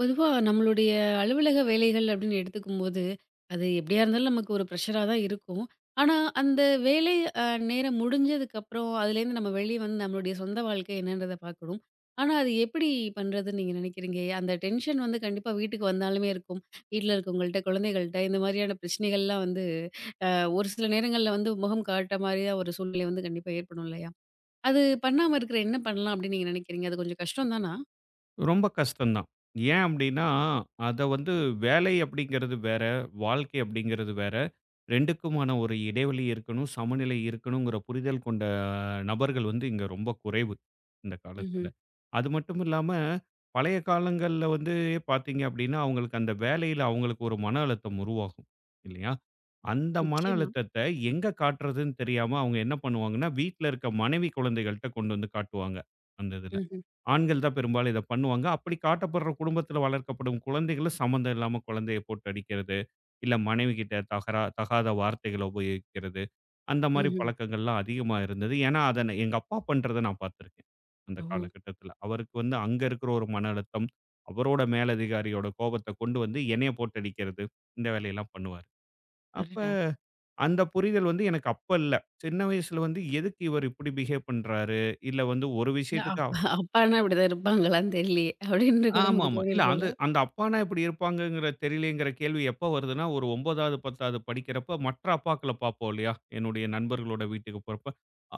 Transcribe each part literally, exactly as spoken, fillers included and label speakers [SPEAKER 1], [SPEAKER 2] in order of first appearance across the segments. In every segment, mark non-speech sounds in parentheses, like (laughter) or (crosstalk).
[SPEAKER 1] பொதுவா நம்மளுடைய அலுவலக வேலைகள் அப்படின்னு எடுத்துக்கும்போது, அது எப்படியா இருந்தாலும் நமக்கு ஒரு ப்ரெஷரா தான் இருக்கும். ஆனா, அந்த வேலை அ நேரம் முடிஞ்சதுக்கப்புறம், அதுலேருந்து நம்ம வெளிய வந்து நம்மளுடைய சொந்த வாழ்க்கை என்னன்றத பார்க்கணும். ஆனா, அது எப்படி பண்றதுன்னு நீங்க நினைக்கிறீங்க? அந்த டென்ஷன் வந்து கண்டிப்பா வீட்டுக்கு வந்தாலுமே இருக்கும். வீட்ல இருக்கவங்கள்ட்ட, குழந்தைகள்ட்ட இந்த மாதிரியான பிரச்சனைகள்லாம் வந்து அ ஒரு சில நேரங்கள்ல வந்து முகம் காட்ட மாரியா ஒரு சூழ்நிலை வந்து கண்டிப்பா ஏற்படும் இல்லையா? அது பண்ணாம இருக்கிற என்ன பண்ணலாம் அப்படின்னு நீங்க நினைக்கிறீங்க? அது கொஞ்சம் கஷ்டம் தானா?
[SPEAKER 2] ரொம்ப கஷ்டம்தான். ஏன் அப்டின்னா, அத வந்து வேலை அப்டிங்கிறது வேற, வாழ்க்கை அப்டிங்கிறது வேற. 2க்குமான ஒரு இடைவெளி இருக்கணும், சமநிலை இருக்கணுங்கிற புரிதல் கொண்ட நபர்கள் வந்து இங்க ரொம்ப குறைவு இந்த காலத்துல.
[SPEAKER 1] ம்ஹ்ம்.
[SPEAKER 2] அது மட்டும் இல்லாம, பழைய காலங்கள்ல வந்து பார்த்தீங்க அப்படின்னா, அவங்களுக்கு அந்த வேலையில அவங்களுக்கு ஒரு மன அழுத்தம் உருவாகும் இல்லையா? அந்த மன
[SPEAKER 1] நிச்சயமா.
[SPEAKER 2] அழுத்தத்த எங்க காட்டுறதுன்னு தெரியாம அவங்க என்ன பண்ணுவாங்கன்னா, வீட்ல இருக்க மனைவி, குழந்தைகள்ட்ட கொண்டு வந்து காட்டுவாங்க அந்த இதுல.
[SPEAKER 1] ம்ஹ்ம்.
[SPEAKER 2] ஆண்கள் தான் பெரும்பாலும் இத பண்ணுவாங்க. அப்படி காட்டப்படுற குடும்பத்துல வளர்க்கப்படும் குழந்தைகளும் சம்மந்தம் இல்லாம குழந்தைய போட்டு அடிக்கிறது, இல்ல மனைவிகிட்ட தகரா தகாத வார்த்தைகள உபயோகிக்கிறது. அந்த மாரி
[SPEAKER 1] ம்ஹ்ம்.
[SPEAKER 2] பழக்கங்கள்லாம் அதிகமா இருந்தது. ஏன்னா, அத நான் எங்க அப்பா பண்றத நான் பார்த்துருக்கேன். அந்த
[SPEAKER 1] ஓஹோ!
[SPEAKER 2] காலகட்டத்தில. அவருக்கு வந்து அங்க இருக்கிற ஒரு மன அழுத்தம், அவரோட மேலதிகாரியோட கோபத்த கொண்டு வந்து என்னைய போட்டு அடிக்கிறது, இந்த வேலையெல்லாம் பண்ணுவாரு. அப்ப
[SPEAKER 1] அடடா!
[SPEAKER 2] அந்த புரிதல் வந்து எனக்கு அப்ப இல்ல. சின்ன வயசுல வந்து எதுக்கு இவர் இப்படி பிஹேவ் பண்றாரு? இல்ல வந்து ஒரு
[SPEAKER 1] இல்ல
[SPEAKER 2] விஷயத்துக்கு
[SPEAKER 1] அப்பா (laughs) அப்பான்னா இப்படிதான் இருப்பாங்களான்னு தெரியலையே! அப்படின்னு கூட நமக்கு
[SPEAKER 2] ஆமாமா. இல்ல அந்த
[SPEAKER 1] தோணியிருக்கும்ல.
[SPEAKER 2] அந்த அப்பான்னா இப்படி இருப்பாங்கங்கிற தெரியலயேங்கிற கேள்வி எப்ப வருதுன்னா, ஒரு 9வது, 10வது படிக்கிறப்ப மற்ற அப்பாக்கள பார்ப்போம் இல்லையா? என்னுடைய நண்பர்களோட வீட்டுக்கு போறப்ப,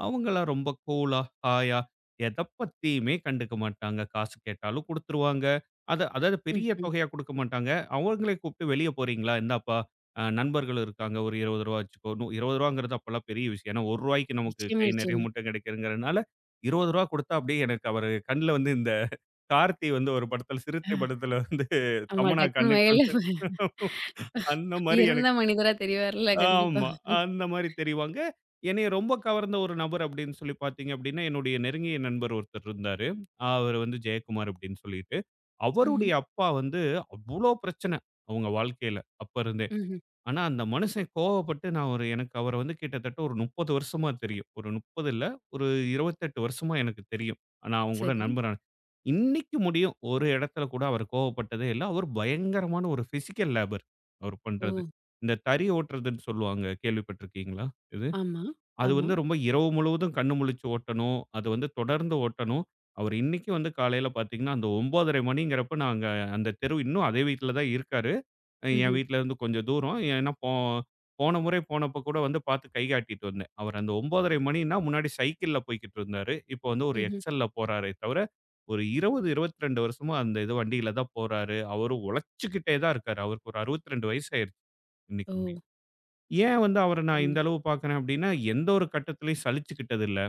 [SPEAKER 2] அவங்கலாம் ரொம்ப கூலா, ஹாயா எத பத்தியுமே கண்டுக்க மாட்டாங்க. காசு கேட்டாலும் குடுத்துருவாங்க. அத அதாவது பெரிய
[SPEAKER 1] ம்ஹ்ம்.
[SPEAKER 2] தொகையா குடுக்க மாட்டாங்க. அவங்களே கூப்பிட்டு "வெளிய போறீங்களா? இந்தாப்பா அ நண்பர்கள் இருக்காங்க. ஒரு ரூ. இருபது ரூபாய் வச்சுக்கோ." நு ரூ. 20ங்கிறது அப்பலாம் பெரிய விஷயம். ஏன்னா ரூ. 1க்கு நமக்கு
[SPEAKER 1] நிச்சயமா,
[SPEAKER 2] கை நெறைய
[SPEAKER 1] நிச்சயமா.
[SPEAKER 2] முட்டை கிடைக்குதுங்கிறனால ரூ. இருபது ரூபாய் குடுத்தா அப்படியே எனக்கு அவரு கண்ல வந்து இந்த கார்த்தி வந்து ஒரு படத்துல, சிறுத்தை
[SPEAKER 1] ஆ.
[SPEAKER 2] படத்துல வந்து
[SPEAKER 1] ஆமா,
[SPEAKER 2] தமன்னா
[SPEAKER 1] டக்குனு
[SPEAKER 2] கண்ணுக்கு
[SPEAKER 1] மேல
[SPEAKER 2] வந்து அந்த மாரி
[SPEAKER 1] இறந்த
[SPEAKER 2] எனக்கு
[SPEAKER 1] மனிதரா தெரிவார்ல கண்டிப்பா.
[SPEAKER 2] ஆமா. அந்த மாரி தெரிவாங்க. என்னைய ரொம்ப கவர்ந்த ஒரு நபர் அப்படின்னு சொல்லி பார்த்தீங்க அப்படின்னா, என்னுடைய நெருங்கிய நண்பர் ஒருத்தர் இருந்தாரு. அவரு வந்து ஜெயக்குமார் அப்படின்னு சொல்லிட்டு.
[SPEAKER 1] ம்ஹ்ம்,
[SPEAKER 2] அவருடைய அப்பா வந்து அவ்ளோ பிரச்சனை அவங்க வாழ்க்கையில அப்ப இருந்தே.
[SPEAKER 1] ம்ஹ்ம்.
[SPEAKER 2] ஆனா, அந்த மனுஷன் கோவப்பட்டு நான் ஒரு எனக்கு அவர வந்து கிட்டத்தட்ட ஒரு முப்பது வருஷமா தெரியும். ஒரு முப்பது இல்ல, ஒரு இருபத்தி எட்டு வருஷமா எனக்கு தெரியும். நான் அவங்க கூட
[SPEAKER 1] சரி.
[SPEAKER 2] நண்பரா இன்னைக்கு முடியும். ஒரு இடத்துல கூட அவர் கோவப்பட்டதே இல்ல. அவர் பயங்கரமான ஒரு பிசிக்கல் லேபர் அவர் பண்றது.
[SPEAKER 1] ஓ!
[SPEAKER 2] இந்த தறி ஓட்டுறதுன்னு சொல்லுவாங்க. கேள்விப்பட்டிருக்கீங்களா இது?
[SPEAKER 1] ஆமா,
[SPEAKER 2] அது
[SPEAKER 1] ஆமா.
[SPEAKER 2] வந்து ரொம்ப இரவு முழுவதும் கண்ணு முழிச்சு ஓட்டணும். அது வந்து தொடர்ந்து ஓட்டணும். அவர் இன்னைக்கு வந்து காலையில பார்த்தீங்கன்னா, அந்த ஒன்பதரை மணிங்கிறப்ப நாங்க அந்த தெரு இன்னும் அதே வீட்ல தான் இருக்காரு. அஹ் என்
[SPEAKER 1] ம்ஹ்ம்,
[SPEAKER 2] வீட்ல இருந்து கொஞ்சம் தூரம். ஏன்னா போ போன முறை போனப்போ கூட வந்து பார்த்து கை காட்டிட்டு வந்தேன். அவர் அந்த ஒன்பதரை மணின்னா முன்னாடி சைக்கிள்ல போய்க்கிட்டு இருந்தாரு. இப்போ வந்து ஒரு
[SPEAKER 1] ம்ஹ்ம்.
[SPEAKER 2] எக்ஸல்ல போறாரே தவிர, ஒரு இருபது, இருபத்தி இரண்டு வருஷமா அந்த இது வண்டியில தான் போறாரு. அவரு உழைச்சுக்கிட்டே தான் இருக்காரு. அவருக்கு ஒரு அறுபத்தி இரண்டு வயசு ஆயிருச்சு இன்னைக்கு
[SPEAKER 1] ஓ!
[SPEAKER 2] முடிய. ஏன் வந்து அவர நான்
[SPEAKER 1] சூப்பருங்க.
[SPEAKER 2] இந்த அளவு பார்க்குறேன் அப்படின்னா, எந்த ஒரு கட்டத்திலயும் சலிச்சுக்கிட்டது இல்ல.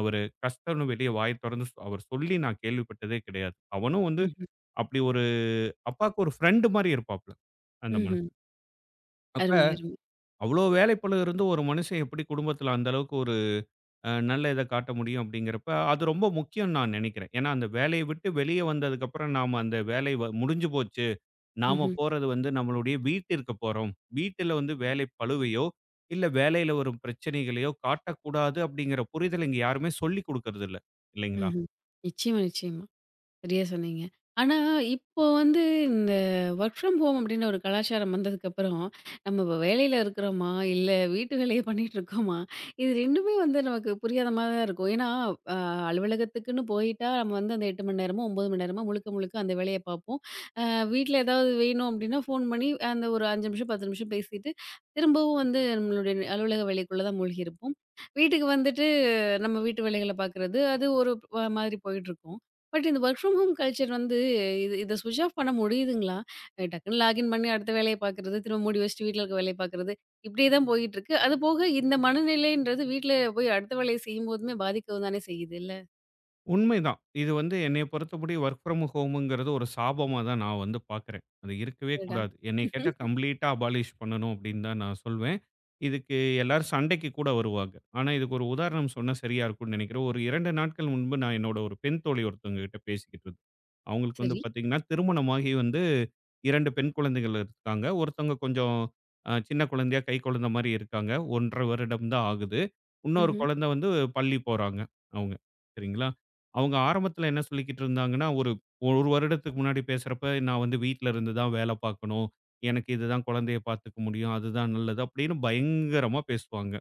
[SPEAKER 2] அவரு கஷ்டம்னு வெளிய வாய தொறந்து அவர் சொல்லி நான் கேள்விப்பட்டதே கிடையாது. அவனும் வந்து
[SPEAKER 1] ம்ஹ்ம்,
[SPEAKER 2] அப்படி ஒரு அப்பாவுக்கு ஒரு ஃப்ரெண்ட் மாரி இருப்பாப்ல. அந்த
[SPEAKER 1] ம்ஹ்ம்.
[SPEAKER 2] மனுஷன். அப்ப
[SPEAKER 1] அருமை, அருமை.
[SPEAKER 2] அவ்வளோ வேலைப்பளு இருந்து ஒரு மனுஷன் எப்படி குடும்பத்துல அந்த அளவுக்கு ஒரு அ நல்ல இத காட்ட முடியும் அப்படிங்கிறப்ப, அது ரொம்ப முக்கியம்னு நான் நெனைக்கிறேன். ஏன்னா, அந்த வேலைய விட்டு வெளிய வந்ததுக்கப்புறம் நாம அந்த வேலை வ முடிஞ்சு போச்சு. நாம
[SPEAKER 1] ம்ஹ்ம்,
[SPEAKER 2] போறது வந்து நம்மளுடைய வீட்டிற்கு போறோம். வீட்டில வந்து வேலை பளுவையோ, இல்ல வேலையில வரும் பிரச்சனைகளையோ காட்டக்கூடாது அப்படிங்கிற புரிதல் இங்க யாருமே சொல்லிக் குடுக்கறதில்ல. இல்லைங்களா?
[SPEAKER 1] ம்ஹ்ம். நிச்சயமா, நிச்சயமா. சரியா சொன்னீங்க. ஆனா, இப்போ வந்து இந்த வொர்க் ஃப்ரம் ஹோம் அப்டின்ற ஒரு கலாச்சாரம் வந்ததுக்கப்புறம், நம்ம இப்ப வேலையில இருக்கிறோமா? இல்ல வீட்டு வேலைய பண்ணிட்டுருக்கோமா? இது 2மே வந்து நமக்கு புரியாத மாரி தான் இருக்கும். ஏன்னா, அ அலுவலகத்துக்குன்னு போயிட்டா, நம்ம வந்து அந்த எட்டு மணி நேரமோ, ஒன்பது மணி நேரமோ முழுக்க முழுக்க அந்த வேலைய பார்ப்போம். அ வீட்ல ஏதாவது வேணும் அப்டின்னா, ஃபோன் பண்ணி அந்த ஒரு ஐந்து நிமிஷம், பத்து நிமிஷம் பேசிட்டு, திரும்பவும் வந்து நம்மளுடைய அலுவலக வேலைக்குள்ள தான் மூழ்கியிருப்போம். வீட்டுக்கு வந்துட்டு நம்ம வீட்டு வேலைகள பார்க்குறது, அது ஒரு அ மாதிரி போயிட்டுருக்கும். பட் இந்த வொர்க் ஃப்ரம் ஹோம் கல்ச்சர் வந்து இது இத ஸ்விட்ச் ஆஃப் பண்ண முடியுதுங்களா? அ டக்குன்னு லாகின் பண்ணி அடுத்த வேலைய பார்க்குறது, திரும்ப மூடி வச்சுட்டு வீட்ல இருக்க வேலைய பார்க்குறது, இப்படியே தான் போயிட்டுருக்கு. அது போக இந்த மனநிலைன்றது வீட்ல போய் அடுத்த வேலைய செய்யும்போதுமே பாதிக்கவும் தானே செய்யுது இல்ல?
[SPEAKER 2] உண்மைதான். இது வந்து என்னைய பொறுத்தபடி வொர்க் ஃப்ரம் ஹோம்ங்கிறது ஒரு சாபமா தான் நான் வந்து பார்க்கிறேன். அது இருக்கவே
[SPEAKER 1] அடடா!
[SPEAKER 2] கூடாது. என்னைய கேட்டா
[SPEAKER 1] ம்ஹ்ம்.
[SPEAKER 2] கம்ப்ளீட்டா அபாலிஷ் பண்ணணும் அப்படின்னு தான் நான் சொல்வேன். இதுக்கு எல்லாரும் சண்டைக்கு கூட வருவாங்க. ஆனா இதுக்கு ஒரு உதாரணம் சொன்னா சரியா இருக்கும்னு நினைக்கிறேன். ஒரு இரண்டு நாட்கள் முன்பு நான் என்னோட ஒரு பெண் தோழி ஒருத்தவங்ககிட்ட பேசிக்கிட்டு இருந்தேன். அவங்களுக்கு வந்து
[SPEAKER 1] சரி.
[SPEAKER 2] பார்த்தீங்கன்னா, திருமணமாகி வந்து இரண்டு பெண் குழந்தைகள் இருக்காங்க. ஒருத்தவங்க கொஞ்சம் அ சின்ன குழந்தையா, கைக்குழந்த மாரி இருக்காங்க. ஒன்றரை வருடம் தான் ஆகுது. இன்னொரு
[SPEAKER 1] ம்ஹ்ம்.
[SPEAKER 2] குழந்தை வந்து பள்ளி போறாங்க அவங்க. சரிங்களா? அவங்க ஆரம்பத்தில என்ன சொல்லிக்கிட்டு இருந்தாங்கன்னா, ஒரு 1 வருடத்துக்கு முன்னாடி பேசுறப்ப, "நான் வந்து வீட்ல இருந்து தான் வேலை பார்க்கணும். எனக்கு இதுதான் குழந்தைய பார்த்துக்க முடியும். அதுதான் நல்லது." அப்படின்னு பயங்கரமா பேசுவாங்க.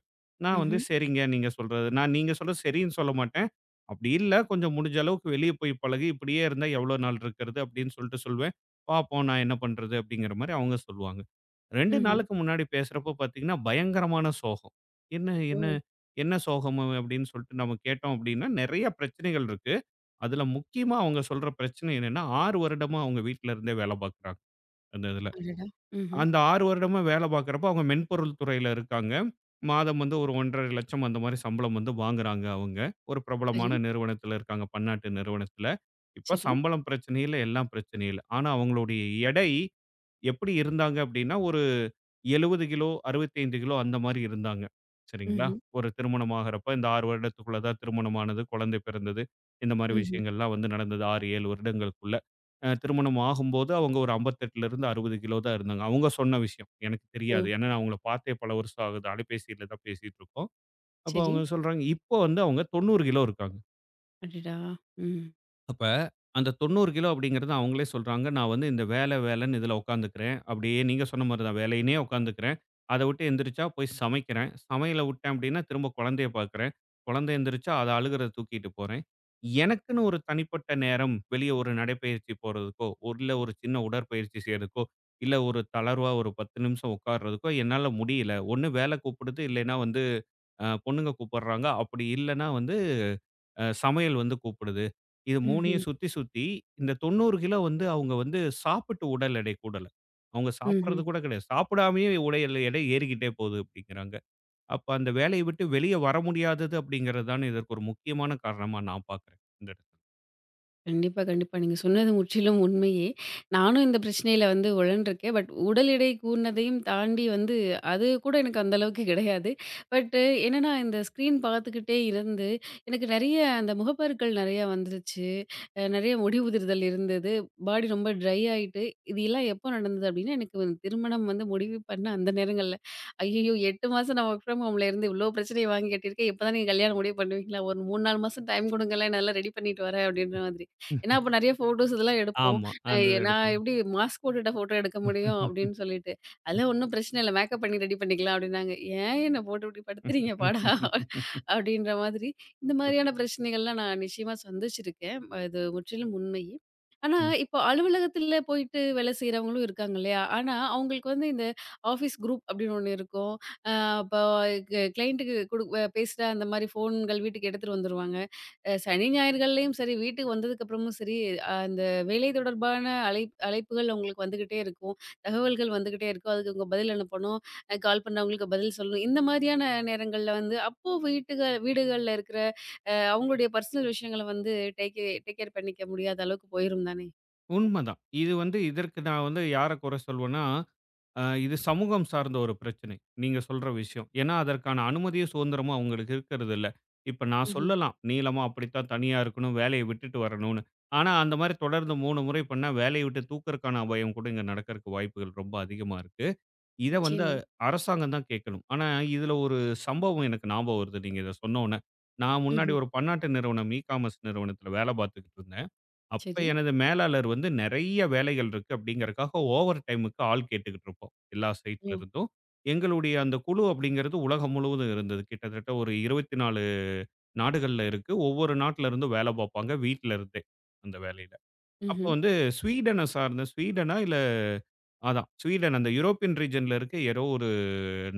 [SPEAKER 2] நான் வந்து
[SPEAKER 1] ம்ஹ்ம்.
[SPEAKER 2] சரிங்க நீங்க சொல்றது. நான் நீங்க சொல்றது சரின்னு சொல்ல மாட்டேன். அப்படி இல்ல, கொஞ்சம் முடிஞ்ச அளவுக்கு வெளிய போய் பழகு. இப்படியே இருந்தா எவ்வளோ நாள் இருக்கிறது? அப்படின்னு சொல்லிட்டு சொல்வேன். பார்ப்போம் நான் என்ன பண்றது? அப்படிங்கிற மாரி அவங்க சொல்லுவாங்க. இரண்டு
[SPEAKER 1] ம்ஹ்ம்.
[SPEAKER 2] நாளுக்கு முன்னாடி பேசுறப்போ பார்த்தீங்கன்னா, பயங்கரமான சோகம். என்ன
[SPEAKER 1] ஓ!
[SPEAKER 2] என்ன என்ன சோகம் அப்படின்னு சொல்லிட்டு நம்ம கேட்டோம் அப்படின்னா, நெறைய பிரச்சனைகள் இருக்கு. அதுல முக்கியமா அவங்க சொல்ற பிரச்சனை என்னன்னா, ஆறு வருடமா அவங்க வீட்ல இருந்தே வேலை பார்க்குறாங்க. அந்த இதுல.
[SPEAKER 1] அடடா! ம்ஹ்ம்.
[SPEAKER 2] அந்த ஆறு வருடமா வேலை பார்க்குறப்போ, அவங்க மென்பொருள் துறையில இருக்காங்க. மாதம் வந்து ஒரு 1,50,000 அந்த மாரி சம்பளம் வந்து வாங்குறாங்க அவங்க. ஒரு
[SPEAKER 1] சரி,
[SPEAKER 2] பிரபலமான நிறுவனத்தில இருக்காங்க, பன்னாட்டு நிறுவனத்தில. இப்ப
[SPEAKER 1] சரி.
[SPEAKER 2] சம்பளம் பிரச்சனை இல்ல, எல்லாம் பிரச்சனை இல்ல. ஆனா அவங்களுடைய எடை எப்படி இருந்தாங்க அப்படின்னா, ஒரு எழுபது கிலோ, அறுபத்தி ஐந்து கிலோ அந்த மாரி இருந்தாங்க. சரிங்களா?
[SPEAKER 1] ம்ஹ்ம்.
[SPEAKER 2] ஒரு திருமணம் ஆகுறப்ப இந்த ஆறு வருடத்துக்குள்ள தான் திருமணம் ஆனது, குழந்தை பிறந்தது. இந்த மாரி
[SPEAKER 1] ம்ஹ்ம்.
[SPEAKER 2] விஷயங்கள்லாம் வந்து நடந்தது ஆறு, ஏழு வருடங்களுக்குள்ள. அ திருமணம் ஆகும்போது அவங்க ஒரு 58லேருந்து அறுபது கிலோ தான் இருந்தாங்க. அவங்க சொன்ன விஷயம். எனக்கு
[SPEAKER 1] ஓ!
[SPEAKER 2] தெரியாது. ஏன்னா நான் அவங்கள பார்த்தே பல வருஷம் ஆகுது. அலைபேசியில தான் பேசிட்டு இருக்கோம். அப்போ
[SPEAKER 1] சரி.
[SPEAKER 2] அவங்க சொல்றாங்க, இப்போ வந்து அவங்க தொண்ணூறு கிலோ இருக்காங்க.
[SPEAKER 1] அடடா! ம்.
[SPEAKER 2] அப்ப அந்த தொண்ணூறு கிலோ அப்படிங்கிறது அவங்களே சொல்றாங்க. நான் வந்து இந்த வேலை வேலைன்னு இதுல உட்காந்துக்கிறேன். அப்படியே நீங்க சொன்ன மாரி தான் வேலையினே உட்காந்துக்கிறேன். அத விட்டு எந்திரிச்சா போய் சமைக்கிறேன். சமையல விட்டேன் அப்படின்னா திரும்ப குழந்தைய பார்க்குறேன். குழந்தை எந்திரிச்சா அத அழுகுறத தூக்கிட்டு போறேன். எனக்குன்னு ஒரு தனிப்பட்ட நேரம் வெளிய ஒரு நடைப்பயிற்சி போறதுக்கோ, ஒரு இல்ல ஒரு சின்ன உடற்பயிற்சி செய்றதுக்கோ, இல்ல ஒரு தளர்வா ஒரு பத்து நிமிஷம் உட்கார்றதுக்கோ என்னால முடியல. ஒண்ணு வேலை கூப்பிடுது, இல்லைன்னா வந்து அ பொண்ணுங்க கூப்பிடுறாங்க. அப்படி இல்லன்னா வந்து அ சமையல் வந்து கூப்பிடுது. இது 3யும்
[SPEAKER 1] ம்ஹ்ம்.
[SPEAKER 2] சுத்தி, சுத்தி இந்த தொண்ணூறு கிலோ வந்து அவங்க வந்து சாப்பிட்டு உடல் எடை கூடல. அவங்க சாப்பிடுறது
[SPEAKER 1] ம்ஹ்ம்.
[SPEAKER 2] கூட கிடையாது. சாப்பிடாமயே உடல் எடை ஏறிக்கிட்டே போகுது அப்படிங்கிறாங்க. அப்ப அந்த வேலைய விட்டு வெளிய வர முடியாதது அப்படிங்கிறது தானே இதற்கு ஒரு முக்கியமான காரணமா நான் பார்க்குறேன். இந்த இடத்துல.
[SPEAKER 1] கண்டிப்பா, கண்டிப்பா. நீங்க சொன்னது முற்றிலும் உண்மையே. நானும் இந்த பிரச்சனையில வந்து உழன்றிருக்கேன். பட் உடல் எடை கூடுனதையும் தாண்டி வந்து அது கூட எனக்கு அந்த அளவுக்கு கிடையாது. பட் என்னன்னா, இந்த ஸ்க்ரீன் பார்த்துக்கிட்டே இருந்து எனக்கு நெறைய அந்த முகப்பருக்கள் நெறையா வந்துருச்சு. அ நெறைய முடி உதிர்தல் இருந்தது. பாடி ரொம்ப ட்ரை ஆயிட்டு, இது எல்லாம் எப்போ நடந்தது அப்டின்னா, எனக்கு வந்து திருமணம் வந்து முடிவு பண்ண அந்த நேரங்கள்ல. ஐய்யய்யோ! எட்டு மாசம் நான் வொர்க் ஃப்ரம் ஹோம்ல இருந்து இவ்ளோ பிரச்சனைய வாங்கி கட்டியிருக்கேன். இப்ப தான் நீங்க கல்யாணம் முடிவு பண்ணுவீங்களா? ஒரு மூணு, நாலு மாசம் டைம் குடுங்களேன். நான் எல்லாம் ரெடி பண்ணிட்டு வரேன் அப்டின்ற மாதிரி. ஏன்னா, அப்ப நெறைய ஃபோட்டோஸ் இதெல்லாம் எடுப்போம்.
[SPEAKER 2] ஆமா.
[SPEAKER 1] அ
[SPEAKER 2] அந்த இத
[SPEAKER 1] நான்
[SPEAKER 2] எடுப்போம்.
[SPEAKER 1] எப்டி மாஸ்க் போட்டுட்டா ஃபோட்டோ எடுக்க முடியும் அப்டின்னு சொல்லிட்டு. அதெல்லாம் ஒண்ணும் பிரச்சனை இல்ல. மேக்கப் பண்ணி ரெடி பண்ணிக்கலாம் அப்டின்னாங்க. ஏன் என்ன போட்டு இப்டி படுத்துறீங்க பாடா? அப்டின்ற மாதிரி. இந்த மாதிரியான பிரச்சனைகள்லாம் நான் நிச்சயமா சந்திச்சிருக்கேன். அது முற்றிலும் உண்மை. ஆனா,
[SPEAKER 2] ம்.
[SPEAKER 1] இப்போ அலுவலகத்தில போயிட்டு வேலை செய்றவங்களும் இருக்காங்க இல்லையா? ஆனா, அவங்களுக்கு வந்து இந்த ஆஃபீஸ் குரூப் அப்படின்னு ஒண்ணு இருக்கும். அ அப்ப க கிளையண்ட்டுக்கு குடு அ பேசுற அந்த மாரி ஃபோன்கள் வீட்டுக்கு எடுத்துட்டு வந்துருவாங்க. அ சனி, ஞாயிறுகள்லயும் சரி, வீட்டுக்கு வந்ததுக்கப்புறமும் சரி, அஹ் அந்த வேலை தொடர்பான அழைப் அழைப்புகள் அவங்களுக்கு வந்துகிட்டே இருக்கும். தகவல்கள் வந்துகிட்டே இருக்கும். அதுக்கு இவங்க பதில் அனுப்பணும். அ கால் பண்ணவங்களுக்கு பதில் சொல்லணும். இந்த மாதிரியான நேரங்கள்ல வந்து அப்போ வீட்டுக வீடுகள்ல இருக்கிற அ அவங்களுடைய பர்சனல் விஷயங்கள வந்து டேக் கே டேக் கேர் பண்ணிக்க முடியாத அளவுக்கு போயிரும் தானே!
[SPEAKER 2] உண்மதான். இது வந்து இதற்கு நான் வந்து யார குறை சொல்வேன்னா, அ இது சமூகம் சார்ந்த ஒரு பிரச்சனை. நீங்க சொல்ற விஷயம். ஏன்னா, அதற்கான அனுமதியும், சுதந்திரமும் அவங்களுக்கு இருக்கிறதில்ல. இப்ப நான்
[SPEAKER 1] ம்ஹ்ம்.
[SPEAKER 2] சொல்லலாம், நீளமா அப்படித்தான் தனியா இருக்கணும், வேலைய விட்டுட்டு வரணும்னு. ஆனா, அந்த மாரி தொடர்ந்து மூன்று முறை பண்ணா, வேலைய விட்டு தூக்கறக்கான அபாயம் கூட இங்க நடக்கறக்கு வாய்ப்புகள் ரொம்ப அதிகமா இருக்கு. இத வந்து
[SPEAKER 1] நிச்சயமா.
[SPEAKER 2] அரசாங்கம் தான் கேட்கணும். ஆனா, இதுல ஒரு சம்பவம் எனக்கு ஞாபகம் வருது, நீங்க இத சொன்னோன. நான் முன்னாடி
[SPEAKER 1] ம்ஹ்ம்.
[SPEAKER 2] ஒரு பன்னாட்டு நிறுவனம், இ-காமர்ஸ் நிறுவனத்தில வேல பார்த்துக்கிட்டு இருந்தேன். அப்ப
[SPEAKER 1] சரி.
[SPEAKER 2] எனது மேலாளர் வந்து நெறைய வேலைகள் இருக்கு அப்படிங்கறக்காக ஓவர் டைமுக்கு ஆள் கேட்டுக்கிட்டு இருப்போம். எல்லா சைட்ல
[SPEAKER 1] ஓ!
[SPEAKER 2] இருந்தும். எங்களுடைய அந்த குழு அப்படிங்கிறது உலகம் முழுவதும் இருந்தது. கிட்டத்தட்ட ஒரு இருபத்தி நான்கு நாடுகள்ல இருக்கு. ஒவ்வொரு நாட்டுல இருந்தும் வேலை பார்ப்பாங்க. வீட்ல இருந்தே அந்த வேலையில. அப்போ
[SPEAKER 1] ம்ஹ்ம்.
[SPEAKER 2] வந்து ஸ்வீடன சார்ந்த ஸ்வீடனா இல்ல அதான் ஸ்வீடன் அந்த யூரோப்பியன் ரீஜியன்ல இருக்க ஏதோ ஒரு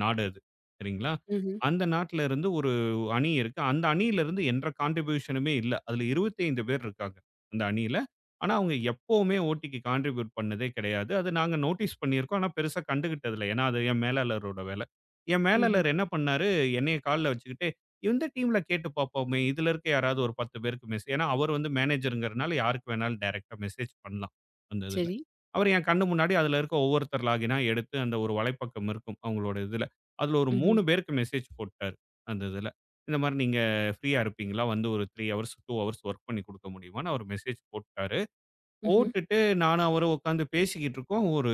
[SPEAKER 2] நாடு அது. சரிங்களா?
[SPEAKER 1] ம்ஹ்ம்.
[SPEAKER 2] அந்த நாட்டுல இருந்து ஒரு அணி இருக்கு. அந்த அணியிலருந்து என்ற கான்ட்ரிபியூஷனுமே இல்ல. அதுல இருபத்தி ஐந்து பேர் இருக்காங்க, அந்த அணியில. ஆனா, அவங்க எப்பவுமே ஓட்டிக்கு கான்ட்ரிபியூட் பண்ணதே கிடையாது. அது நாங்க நோட்டீஸ் பண்ணியிருக்கோம். ஆனா, பெருசா கண்டுக்கிட்டது இல்ல. ஏன்னா, அது என் மேலாளரோட வேல. என்
[SPEAKER 1] ம்ஹ்ம்.
[SPEAKER 2] மேலாளர் என்ன பண்ணாரு, என்னைய கால்ல வச்சுக்கிட்டு, இந்த டீம்ல கேட்டு பார்ப்போமே, இதுல இருக்க யாராவது ஒரு பத்து பேருக்கு மெசே ஏன்னா, அவர் வந்து மேனேஜர்ங்கிறனால யாருக்கு வேணாலும் டைரக்ட்டா மெசேஜ் பண்ணலாம், அந்த இதுல.
[SPEAKER 1] சரி.
[SPEAKER 2] அவர் என் கண்ணு முன்னாடி அதுல இருக்க ஒவ்வொருத்தர் லாகினா எடுத்து அந்த ஒரு வலைப்பக்கம் இருக்கும், அவங்களோட இதுல. அதுல ஒரு
[SPEAKER 1] ம்ஹ்ம்.
[SPEAKER 2] மூன்று பேருக்கு மெசேஜ் போட்டாரு. அந்த இதுல. இந்த மாரி நீங்க ஃப்ரீயா இருப்பீங்களா? வந்து ஒரு மூன்று ஹவர்ஸ், இரண்டு ஹவர்ஸ் வொர்க் பண்ணி குடுக்க முடியுமான்னு அவரு மெசேஜ் போட்டாரு.
[SPEAKER 1] ம்ஹ்ம்.
[SPEAKER 2] போட்டுட்டு நானும் அவரும் உட்காந்து பேசிக்கிட்டு இருக்கோம். ஒரு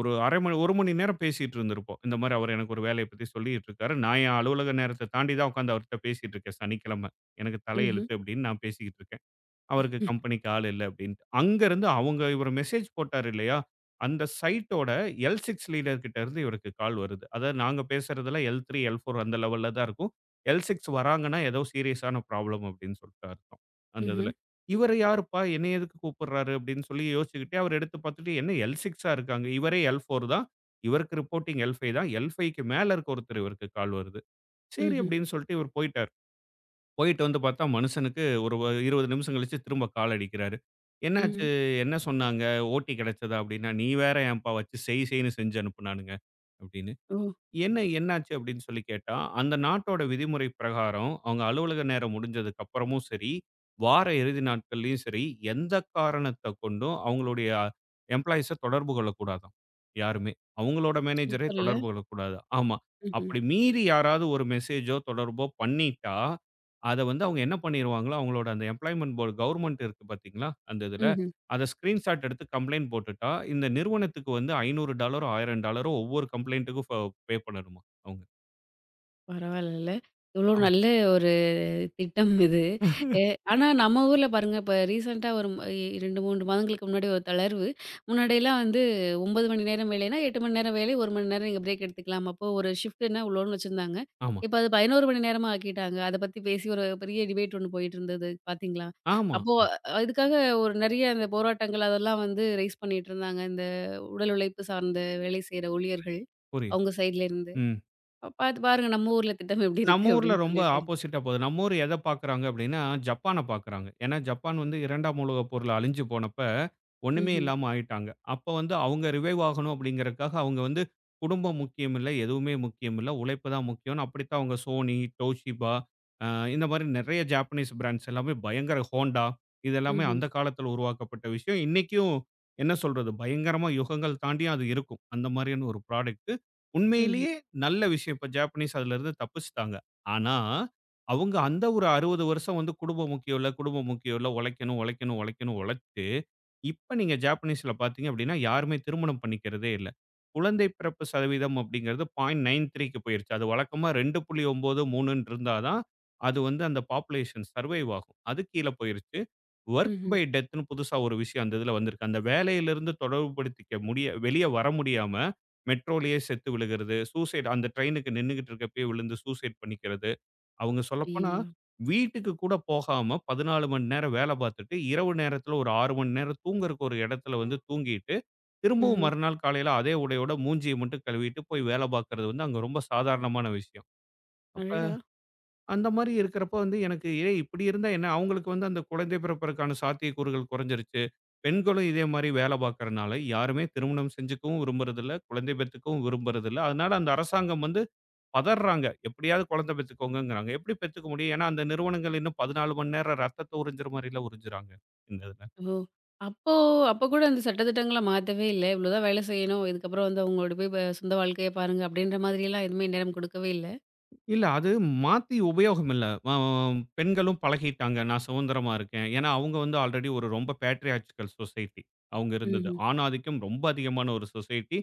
[SPEAKER 2] ஒரு அரை மணி ஒரு மணி நேரம் பேசிட்டு இருந்திருப்போம். இந்த மாரி அவரு எனக்கு ஒரு வேலைய பத்தி சொல்லிட்டு இருக்காரு. நான் என் அலுவலக நேரத்த தாண்டி தான் உட்காந்து அவர்ட்ட பேசிட்டு இருக்கேன் சனிக்கிழமை. எனக்கு
[SPEAKER 1] ம்ஹ்ம்.
[SPEAKER 2] தலையெழுத்து அப்படின்னு நான் பேசிக்கிட்டு இருக்கேன். அவருக்கு
[SPEAKER 1] ம்.
[SPEAKER 2] கம்பெனிக்கு ஆள் இல்ல அப்டின்ட்டு. அங்கருந்து அவங்க இவரு மெசேஜ் போட்டாரு இல்லையா? அந்த சைட்டோட L6 லீடர் கிட்ட இருந்து இவருக்கு கால் வருது. அதாவது நாங்க பேசுறதெல்லாம் L three, L four அந்த லெவல்ல தான் இருக்கும். L six வராங்கன்னா ஏதோ சீரியஸான ப்ராப்ளம் அப்டின்னு சொல்ட்டு அர்த்தம். அந்த
[SPEAKER 1] ம்ஹ்ம்.
[SPEAKER 2] இதுல. இவரு யாருப்பா? என்னைய எதுக்கு கூப்பிடுறாரு? அப்டின்னு சொல்லி யோசிச்சுக்கிட்டே அவர் எடுத்து பார்த்துட்டு என்ன L six ஆ இருக்காங்க. இவரே L four தான். இவருக்கு ரிப்போர்ட்டிங் L five தான். L five க்கு மேல இருக்க ஒருத்தர் இவருக்கு கால் வருது. சரி
[SPEAKER 1] ம்ஹ்ம்.
[SPEAKER 2] அப்டின்னு சொல்ட்டு இவர் போயிட்டாரு. போயிட்டு வந்து பார்த்தா, மனுஷனுக்கு ஒரு வ இருபது நிமிஷம் கழிச்சு திரும்ப கால் அடிக்கிறாரு. "என்னாச்சு?
[SPEAKER 1] ம்.
[SPEAKER 2] என்ன சொன்னாங்க? ஓட்டி கிடைச்சதா?" அப்படின்னா, "நீ வேற ஏன்ப்பா வச்சு செய் செய்ன்னு செஞ்சு அனுப்புனானுங்க" அப்படின்னு.
[SPEAKER 1] ஓ!
[SPEAKER 2] என்ன என்னாச்சு அப்படின்னு சொல்லி கேட்டா, அந்த நாட்டோட விதிமுறை பிரகாரம், அவங்க அலுவலக நேரம் முடிஞ்சதுக்கு அப்புறமும் சரி, வார இறுதி நாட்கள்லயும் சரி, எந்த காரணத்த கொண்டும் அவங்களுடைய எம்ப்ளாயீஸ தொடர்பு கொள்ளக்கூடாதாம். யாருமே. அவங்களோட மேனேஜரே
[SPEAKER 1] சூப்பர்ல.
[SPEAKER 2] தொடர்பு கொள்ளக்கூடாது. ஆமா.
[SPEAKER 1] ம்ஹ்ம்.
[SPEAKER 2] அப்படி மீறி யாராவது ஒரு மெசேஜோ, தொடர்போ பண்ணிட்டா, அத வந்து அவங்க என்ன பண்ணிருவாங்களோ, அவங்களோட அந்த எம்ப்ளாய்மென்ட் போர்டு கவர்ன்மென்ட் இருக்கு பார்த்தீங்களா? அந்த இதுல,
[SPEAKER 1] ம்ஹ்ம்.
[SPEAKER 2] அத ஸ்கிரீன்ஷாட் எடுத்து கம்ப்ளைண்ட் போட்டுட்டா, இந்த நிறுவனத்துக்கு வந்து ஐந்நூறு டாலர் ஆயிரம் டாலர் ஒவ்வொரு கம்ப்ளைண்ட்டுக்கும் ஃப பே பண்ணணுமா அவங்க.
[SPEAKER 1] பரவாயில்லல்ல. இவ்ளோ
[SPEAKER 2] ஆமா,
[SPEAKER 1] நல்ல ஒரு திட்டம் இது. எ ஆனா நம்ம ஊர்ல பாருங்க, இப்ப ரீசென்ட்டா ஒரு ம ரெண்டு, மூணு மாதங்களுக்கு முன்னாடி ஒரு தளர்வு. முன்னாடியெல்லாம் வந்து ஒன்பது மணி நேரம் வேலைன்னா, எட்டு மணி நேரம் வேலை, ஒரு மணி நேரம் நீங்க பிரேக் எடுத்துக்கலாம். அப்போ ஒரு ஷிஃப்ட்ன்னா இவ்ளோன்னு வச்சிருந்தாங்க.
[SPEAKER 2] ஆமா,
[SPEAKER 1] இப்ப அது பதினொரு மணி நேரமா ஆக்கிட்டாங்க. அத பத்தி பேசி ஒரு பெரிய டிபேட் ஒண்ணு போயிட்டு இருந்தது பார்த்தீங்களா?
[SPEAKER 2] ஆமா.
[SPEAKER 1] அப்போ அ- இதுக்காக ஒரு நெறைய அந்த போராட்டங்கள் அதெல்லாம் வந்து ரைஸ் பண்ணிட்டு இருந்தாங்க. இந்த உடல் உழைப்பு சார்ந்த வேலை செய்ற ஊழியர்கள்,
[SPEAKER 2] புரியுது.
[SPEAKER 1] அவங்க சைட்ல இருந்து.
[SPEAKER 2] ம்.
[SPEAKER 1] அப்ப பாத்து பாருங்க நம்ம ஊர்ல திட்டம் எப்படி
[SPEAKER 2] நம்ம
[SPEAKER 1] இருக்கு
[SPEAKER 2] ஊர்ல
[SPEAKER 1] அப்படின்னு
[SPEAKER 2] ரொம்ப
[SPEAKER 1] சொல்லிட்டு.
[SPEAKER 2] ஆப்போசிட்டா போகுது. நம்ம ஊர் எத பார்க்குறாங்க அப்டின்னா, ஜப்பான பார்க்குறாங்க. ஏன்னா, ஜப்பான் வந்து இரண்டாம் உலகப் போர்ல அழிஞ்சு போனப்ப, ஒண்ணுமே
[SPEAKER 1] ம்ஹ்ம்.
[SPEAKER 2] இல்லாம ஆயிட்டாங்க. அப்ப வந்து அவங்க ரிவைவ் ஆகணும் அப்டிங்கிறதுக்காக, அவங்க வந்து குடும்பம் முக்கியம் இல்ல, எதுவுமே முக்கியம் இல்ல. உழைப்பு தான் முக்கியம்னு அப்படித்தான் அவங்க Sony, Toshiba அ இந்த மாரி நெறைய ஜாப்பனீஸ் பிராண்ட்ஸ் எல்லாமே பயங்கர Honda இது எல்லாமே
[SPEAKER 1] ம்ஹ்ம்.
[SPEAKER 2] அந்த காலத்துல உருவாக்கப்பட்ட விஷயம். இன்னைக்கும் என்ன சொல்றது, பயங்கரமா யுகங்கள் தாண்டியும் அது இருக்கும். அந்த மாரியான ஒரு ப்ராடக்ட்.
[SPEAKER 1] ம்ஹ்ம்.
[SPEAKER 2] உண்மையிலேயே நல்ல விஷயம். இப்ப ஜாப்பனீஸ் அதுலருந்து தப்பிச்சுட்டாங்க. ஆனா, அவங்க அந்த ஒரு அறுபது வருஷம் வந்து குடும்பம் முக்கியம் இல்ல, குடும்பம் முக்கியம் இல்ல, உழைக்கணும், உழைக்கணும், உழைக்கணும்னு உழைச்சு, இப்ப நீங்க ஜாப்பனீஸ்ல பார்த்தீங்க அப்படின்னா, யாருமே திருமணம் பண்ணிக்கிறதே இல்ல. குழந்தை பிறப்பு சதவீதம் அப்படிங்கிறது 0.93க்கு போயிருச்சு. அது வழக்கமா இரண்டு புள்ளி ஒன்பது, 3ன்னு இருந்தா தான், அது வந்து அந்த பாப்புலேஷன் சர்வைவ் ஆகும். அது கீழ போயிருச்சு. வொர்க்
[SPEAKER 1] ம்ஹ்ம்.
[SPEAKER 2] பை டெத்ன்னு புதுசா ஒரு விஷயம் அந்த இதுல வந்திருக்கு. அந்த வேலையிலிருந்து தொடர்புபடுத்திக்க முடிய வெளிய வர முடியாம, மெட்ரோலயே செத்து விழுகிறது, சூசைட் அந்த ட்ரெயினுக்கு நின்னுகிட்டு இருக்கப்பயே விழுந்து சூசைட் பண்ணிக்கிறது. அவங்க சொல்லப்போனா,
[SPEAKER 1] ஐயயோ!
[SPEAKER 2] வீட்டுக்கு கூட போகாம பதினான்கு மணி நேரம் வேல பார்த்துட்டு, இரவு நேரத்துல ஒரு ஆறு மணி நேரம் தூங்குறக்கு ஒரு இடத்துல வந்து தூங்கிட்டு, திரும்பவும்
[SPEAKER 1] ம்ஹ்ம்.
[SPEAKER 2] மறுநாள் காலையில அதே உடையோட மூஞ்சிய மட்டும் கழுவிட்டு போய் வேல பார்க்கறது வந்து அங்க ரொம்ப சாதாரணமான விஷயம். அப்ப
[SPEAKER 1] அடடா!
[SPEAKER 2] அந்த மாரி இருக்கிறப்போ வந்து எனக்கு ஏய் இப்படி இருந்தா என்ன? அவங்களுக்கு வந்து அந்த குழந்தை பிறப்பதற்கான சாத்தியக்கூறுகள் குறைஞ்சிருச்சு. பெண்களும் இதே மாரி வேலை பார்க்கறனால, யாருமே திருமணம் செஞ்சுக்கவும் விரும்புறதில்ல. குழந்தை பெத்துக்கவும் விரும்புறதில்ல. அதனால அந்த அரசாங்கம் வந்து பதர்றாங்க. எப்படியாவது குழந்தை பெத்துக்கோங்கங்கிறாங்க. எப்படி பெத்துக்க முடியும்? ஏன்னா, அந்த நிறுவனங்கள் இன்னும் பதினான்கு மணி நேரம் ரத்தத்த உறிஞ்சுற மாரிலாம் உறிஞ்சுறாங்க. இந்த இதுல.
[SPEAKER 1] ஓ! அப்போ அப்போ கூட அந்த சட்ட திட்டங்கள மாத்தவே இல்ல. இவ்வளோதான் வேலை செய்யணும். இதுக்கப்புறம் வந்து அவங்களோட போய் ப சொந்த வாழ்க்கைய பாருங்க அப்படின்ற மாதிரியெல்லாம் எதுவுமே நேரம் கொடுக்கவே இல்ல.
[SPEAKER 2] இல்ல. அது மாத்தி உபயோகம் இல்ல. அ பெண்களும் பழகிட்டாங்க. நான் சுதந்திரமா இருக்கேன். ஏன்னா, அவங்க வந்து ஆல்ரெடி ஒரு ரொம்ப பேட்ரியார்ச்சிகல் சொசைட்டி. அவங்க இருந்தது.
[SPEAKER 1] ம்ஹ்ம்.
[SPEAKER 2] ஆண் ஆதிக்கம் ரொம்ப அதிகமான ஒரு சொசைட்டி.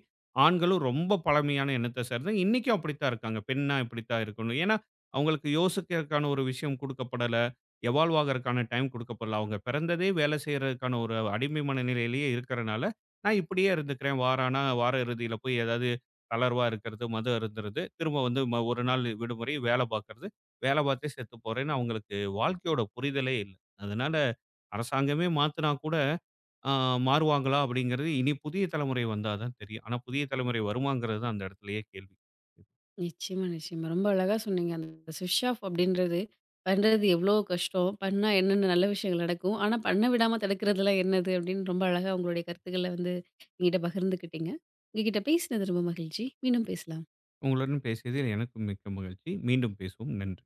[SPEAKER 2] ஆண்களும் ரொம்ப பழமையான எண்ணத்த சேர்ந்த இன்னைக்கும் அப்படித்தான் இருக்காங்க. பெண்ணா இப்படித்தான் இருக்கணும். ஏன்னா, அவங்களுக்கு யோசிக்கிறதுக்கான ஒரு விஷயம் குடுக்கப்படல. Evolve ஆகறதுக்கான time குடுக்கப்படல. அவங்க பிறந்ததே வேலை செய்றதுக்கான ஒரு அடிமை மனநிலையிலேயே இருக்கறனால, நான் இப்படியே இருந்துக்கிறேன். வாரானா வார இறுதியில போய் ஏதாவது தளர்வா இருக்கிறது, மது அருந்துறது, திரும்ப வந்து ம ஒரு நாள் விடுமுறை, வேலை பார்க்கறது, வேலை பார்த்தே செத்து போறேன்னு அவங்களுக்கு வாழ்க்கையோட புரிதலே இல்ல. அதனால அரசாங்கமே மாத்துனா கூட அ மாறுவாங்களா அப்படிங்கிறது இனி புதிய தலைமுறை வந்தா தான் தெரியும். ஆனா புதிய தலைமுறை வருமாங்கிறது தான் அந்த இடத்துலயே கேள்வி.
[SPEAKER 1] நிச்சயமா, நிச்சயமா. ரொம்ப அழகா சொன்னீங்க. அந்த ஸ்விட்ச் ஆஃப் அப்படின்றது, பண்றது எவ்வளோ கஷ்டம், பண்ணா என்னென்ன நல்ல விஷயங்கள் நடக்கும், ஆனா பண்ண விடாம தடுக்கிறதெல்லாம் என்னது அப்படின்னு ரொம்ப அழகா உங்களுடைய கருத்துக்கள வந்து என்கிட்ட பகிர்ந்துக்கிட்டீங்க. உங்ககிட்ட பேசினது ரொம்ப மகிழ்ச்சி. மீண்டும் பேசலாம்.
[SPEAKER 2] உங்களுடன் பேசியதில் எனக்கும் மிக்க மகிழ்ச்சி. மீண்டும் பேசுவோம். நன்றி.